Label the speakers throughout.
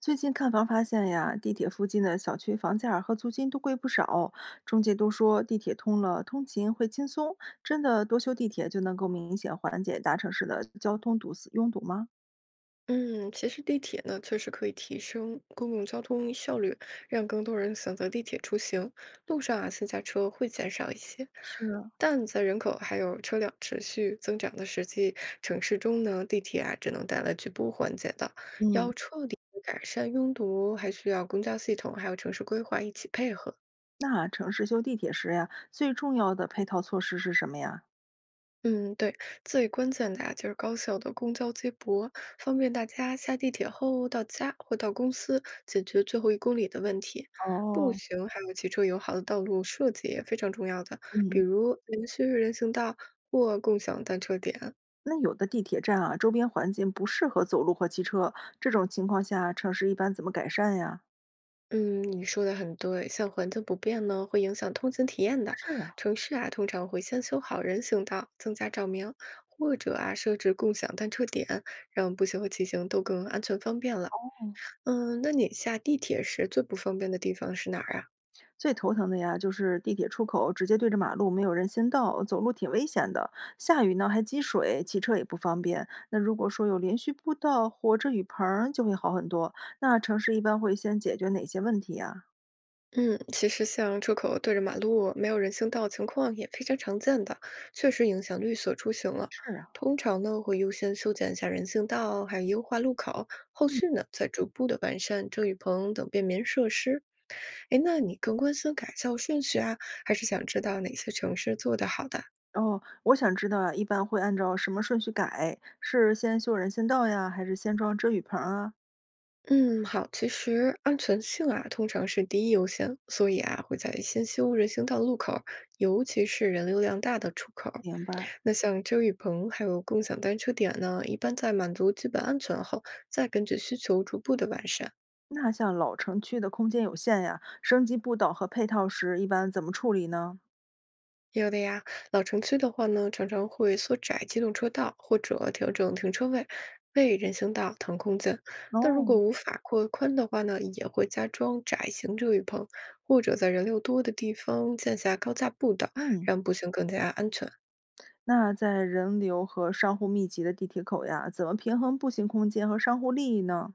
Speaker 1: 最近看房发现呀，地铁附近的小区房价儿和租金都贵不少，中介都说地铁通了，通勤会轻松。真的多修地铁就能够明显缓解大城市的交通堵死拥堵吗？
Speaker 2: 嗯，其实地铁呢，确实可以提升公共交通效率，让更多人选择地铁出行。路上啊，私家车会减少一些，
Speaker 1: 是，
Speaker 2: 但在人口还有车辆持续增长的实际城市中呢，地铁啊，只能带来局部缓解的。
Speaker 1: 嗯，
Speaker 2: 要彻底地改善拥堵，还需要公交系统还有城市规划一起配合。
Speaker 1: 那城市修地铁时呀，最重要的配套措施是什么呀？
Speaker 2: 嗯，对，最关键的啊，就是高效的公交接驳，方便大家下地铁后到家或到公司，解决最后一公里的问题。步
Speaker 1: 哦，
Speaker 2: 行还有骑车友好的道路设计也非常重要的，比
Speaker 1: 嗯，
Speaker 2: 如连续人行道或共享单车点。
Speaker 1: 那有的地铁站啊，周边环境不适合走路和骑车，这种情况下，城市一般怎么改善呀？
Speaker 2: 嗯，你说的很对，像环境不便呢，会影响通勤体验的。
Speaker 1: 是啊，
Speaker 2: 城市啊，通常会先修好人行道，增加照明，或者啊，设置共享单车点，让步行和骑行都更安全方便了。嗯，那你下地铁时最不方便的地方是哪儿啊？
Speaker 1: 最头疼的呀，就是地铁出口直接对着马路，没有人行道，走路挺危险的。下雨呢还积水，骑车也不方便。那如果说有连续步道或遮雨棚儿就会好很多。那城市一般会先解决哪些问题呀？
Speaker 2: 嗯，其实像出口对着马路、没有人行道情况也非常常见的，确实影响绿色出行了。
Speaker 1: 是啊，
Speaker 2: 通常呢，会优先修剪一下人行道，还有优化路口，后续呢再逐步的完善遮雨棚等便民设施。哎，那你更关心改造顺序啊，还是想知道哪些城市做得好的？
Speaker 1: 哦，我想知道啊，一般会按照什么顺序改？是先修人行道呀，还是先装遮雨棚啊？
Speaker 2: 嗯，好，其实安全性啊，通常是第一优先，所以啊，会在先修人行道路口儿尤其是人流量大的出口儿。
Speaker 1: 明白。
Speaker 2: 那像遮雨棚还有共享单车点呢，一般在满足基本安全后，再根据需求逐步的完善。
Speaker 1: 那像老城区的空间有限呀，升级步道和配套时一般怎么处理呢？
Speaker 2: 有的呀，老城区的话呢，常常会缩窄机动车道或者调整停车位，为人行道腾空间。但如果
Speaker 1: 哦，
Speaker 2: 无法扩宽的话呢，也会加装窄型遮雨棚，或者在人流多的地方建下高架步道，
Speaker 1: 嗯。
Speaker 2: 让步行更加安全。
Speaker 1: 那在人流和商户密集的地铁口呀，怎么平衡步行空间和商户利益呢？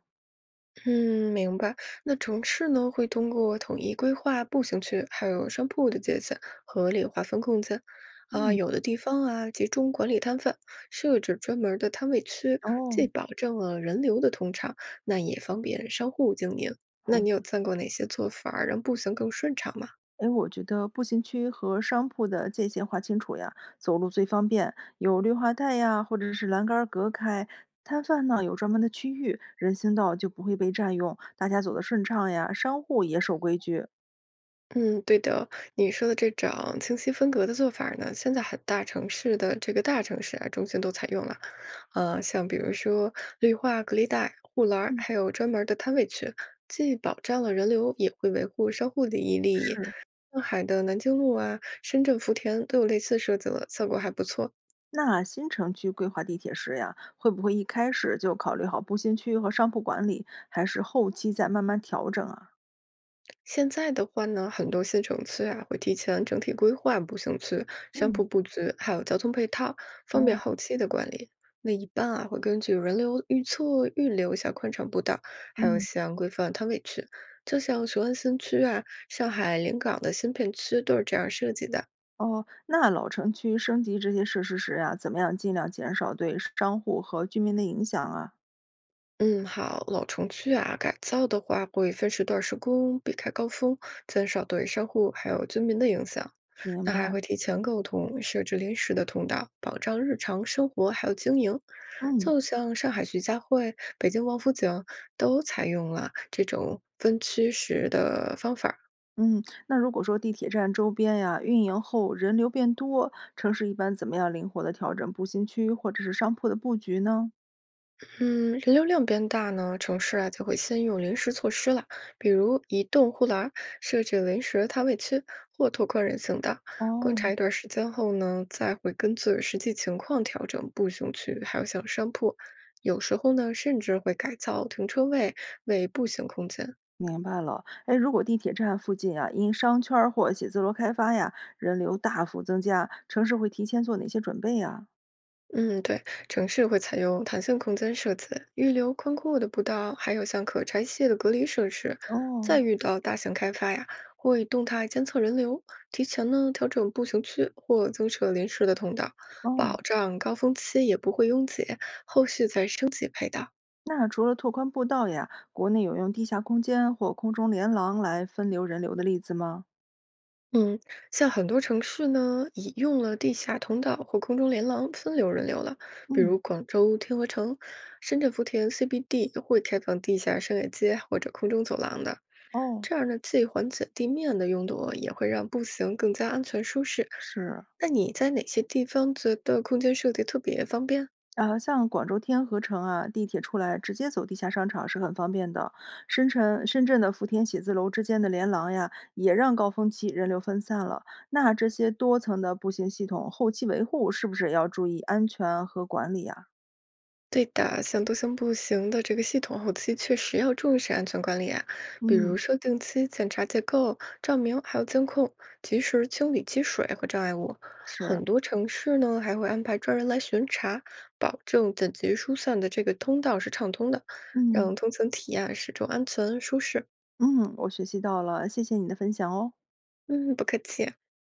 Speaker 2: 嗯，明白。那城市呢，会通过统一规划步行区，还有商铺的界限，合理划分空间。啊，
Speaker 1: 嗯，
Speaker 2: 有的地方啊，集中管理摊贩，设置专门儿的摊位区，
Speaker 1: 哦，
Speaker 2: 既保证了人流的通畅，那也方便商户经营。
Speaker 1: 好
Speaker 2: 那
Speaker 1: 的。
Speaker 2: 你有见过哪些做法儿让步行更顺畅吗？
Speaker 1: 哎，我觉得步行区和商铺的界限划清楚呀，走路最方便，有绿化带呀，或者是栏杆儿隔开。摊贩呢有专门的区域，人行道就不会被占用，大家走得顺畅呀。商户也守规矩。
Speaker 2: 嗯，对的，你说的这种清晰分隔的做法儿呢，现在很大城市的这个大城市啊，中心都采用了。像比如说绿化隔离带、护栏儿
Speaker 1: 嗯，
Speaker 2: 还有专门儿的摊位区，既保障了人流，也会维护商户利益。
Speaker 1: 是。
Speaker 2: 上海的南京路啊、深圳福田都有类似设计了，效果还不错。
Speaker 1: 那新城区规划地铁时呀，会不会一开始就考虑好步行区和商铺管理，还是后期再慢慢调整啊？
Speaker 2: 现在的话呢，很多新城区啊会提前整体规划步行区、商
Speaker 1: 嗯，
Speaker 2: 铺布局，还有交通配套，方便
Speaker 1: 哦，
Speaker 2: 后期的管理。那一般啊会根据人流预测预留一下宽敞步道，还有
Speaker 1: 嗯，
Speaker 2: 像规范摊位区，就像雄安新区啊、上海临港的新片区都是这样设计的。
Speaker 1: 哦，那老城区升级这些设施时呀，怎么样尽量减少对商户和居民的影响啊？
Speaker 2: 嗯，好，老城区啊，改造的话会分时段施工，避开高峰，减少对商户还有居民的影响。
Speaker 1: 明
Speaker 2: 那还
Speaker 1: 白。
Speaker 2: 会提前沟通，设置临时的通道，保障日常生活还有经营。
Speaker 1: 嗯
Speaker 2: 就像上海徐家汇、北京王府井都采用了这种分区时的方法儿。
Speaker 1: 嗯，那如果说地铁站周边呀，运营后人流变多，城市一般怎么样灵活的调整步行区或者是商铺的布局呢？
Speaker 2: 嗯，人流量变大呢，城市啊就会先用临时措施了，比如移动护栏儿、设置临时摊位区或拓宽人行道。观
Speaker 1: 哦，
Speaker 2: 察一段时间后呢，再会根据实际情况调整步行区，还有像商铺，有时候呢，甚至会改造停车位为步行空间。
Speaker 1: 明白了。哎，如果地铁站附近啊，因商圈儿或写字楼开发呀，人流大幅增加，城市会提前做哪些准备呀？
Speaker 2: 嗯，对，城市会采用弹性空间设计，预留宽阔的步道，还有像可拆卸的隔离设施。再
Speaker 1: 哦
Speaker 2: 遇到大型开发呀，会动态监测人流，提前呢调整步行区或增设临时的通道，
Speaker 1: 哦。
Speaker 2: 保障高峰期也不会拥挤，后续再升级配套。
Speaker 1: 那除了拓宽步道呀，国内有用地下空间或空中连廊来分流人流的例子吗？
Speaker 2: 嗯，像很多城市呢，已用了地下通道或空中连廊分流人流了，比
Speaker 1: 嗯，
Speaker 2: 如广州天河城、深圳福田 CBD 会开放地下商业街或者空中走廊的。
Speaker 1: 哦，
Speaker 2: 这样呢，既缓解地面的拥堵，也会让步行更加安全舒适。
Speaker 1: 是
Speaker 2: 那你在哪些地方觉得空间设计特别方便？
Speaker 1: 啊，像广州天河城啊，地铁出来直接走地下商场是很方便的。深圳的福田写字楼之间的连廊呀，也让高峰期人流分散了。那这些多层的步行系统后期维护是不是也要注意安全和管理啊？
Speaker 2: 对的，像多项步行的这个系统啊，后期确实要重视安全管理啊，比
Speaker 1: 嗯
Speaker 2: 如说定期检查结构、照明，还有监控，及时清理积水和障碍物。
Speaker 1: 是，
Speaker 2: 很多城市呢还会安排专人来巡查，保证紧急疏散的这个通道是畅通的，
Speaker 1: 嗯
Speaker 2: 让通行体验始终安全舒适。
Speaker 1: 嗯，我学习到了，谢谢你的分享哦。
Speaker 2: 嗯，不客气。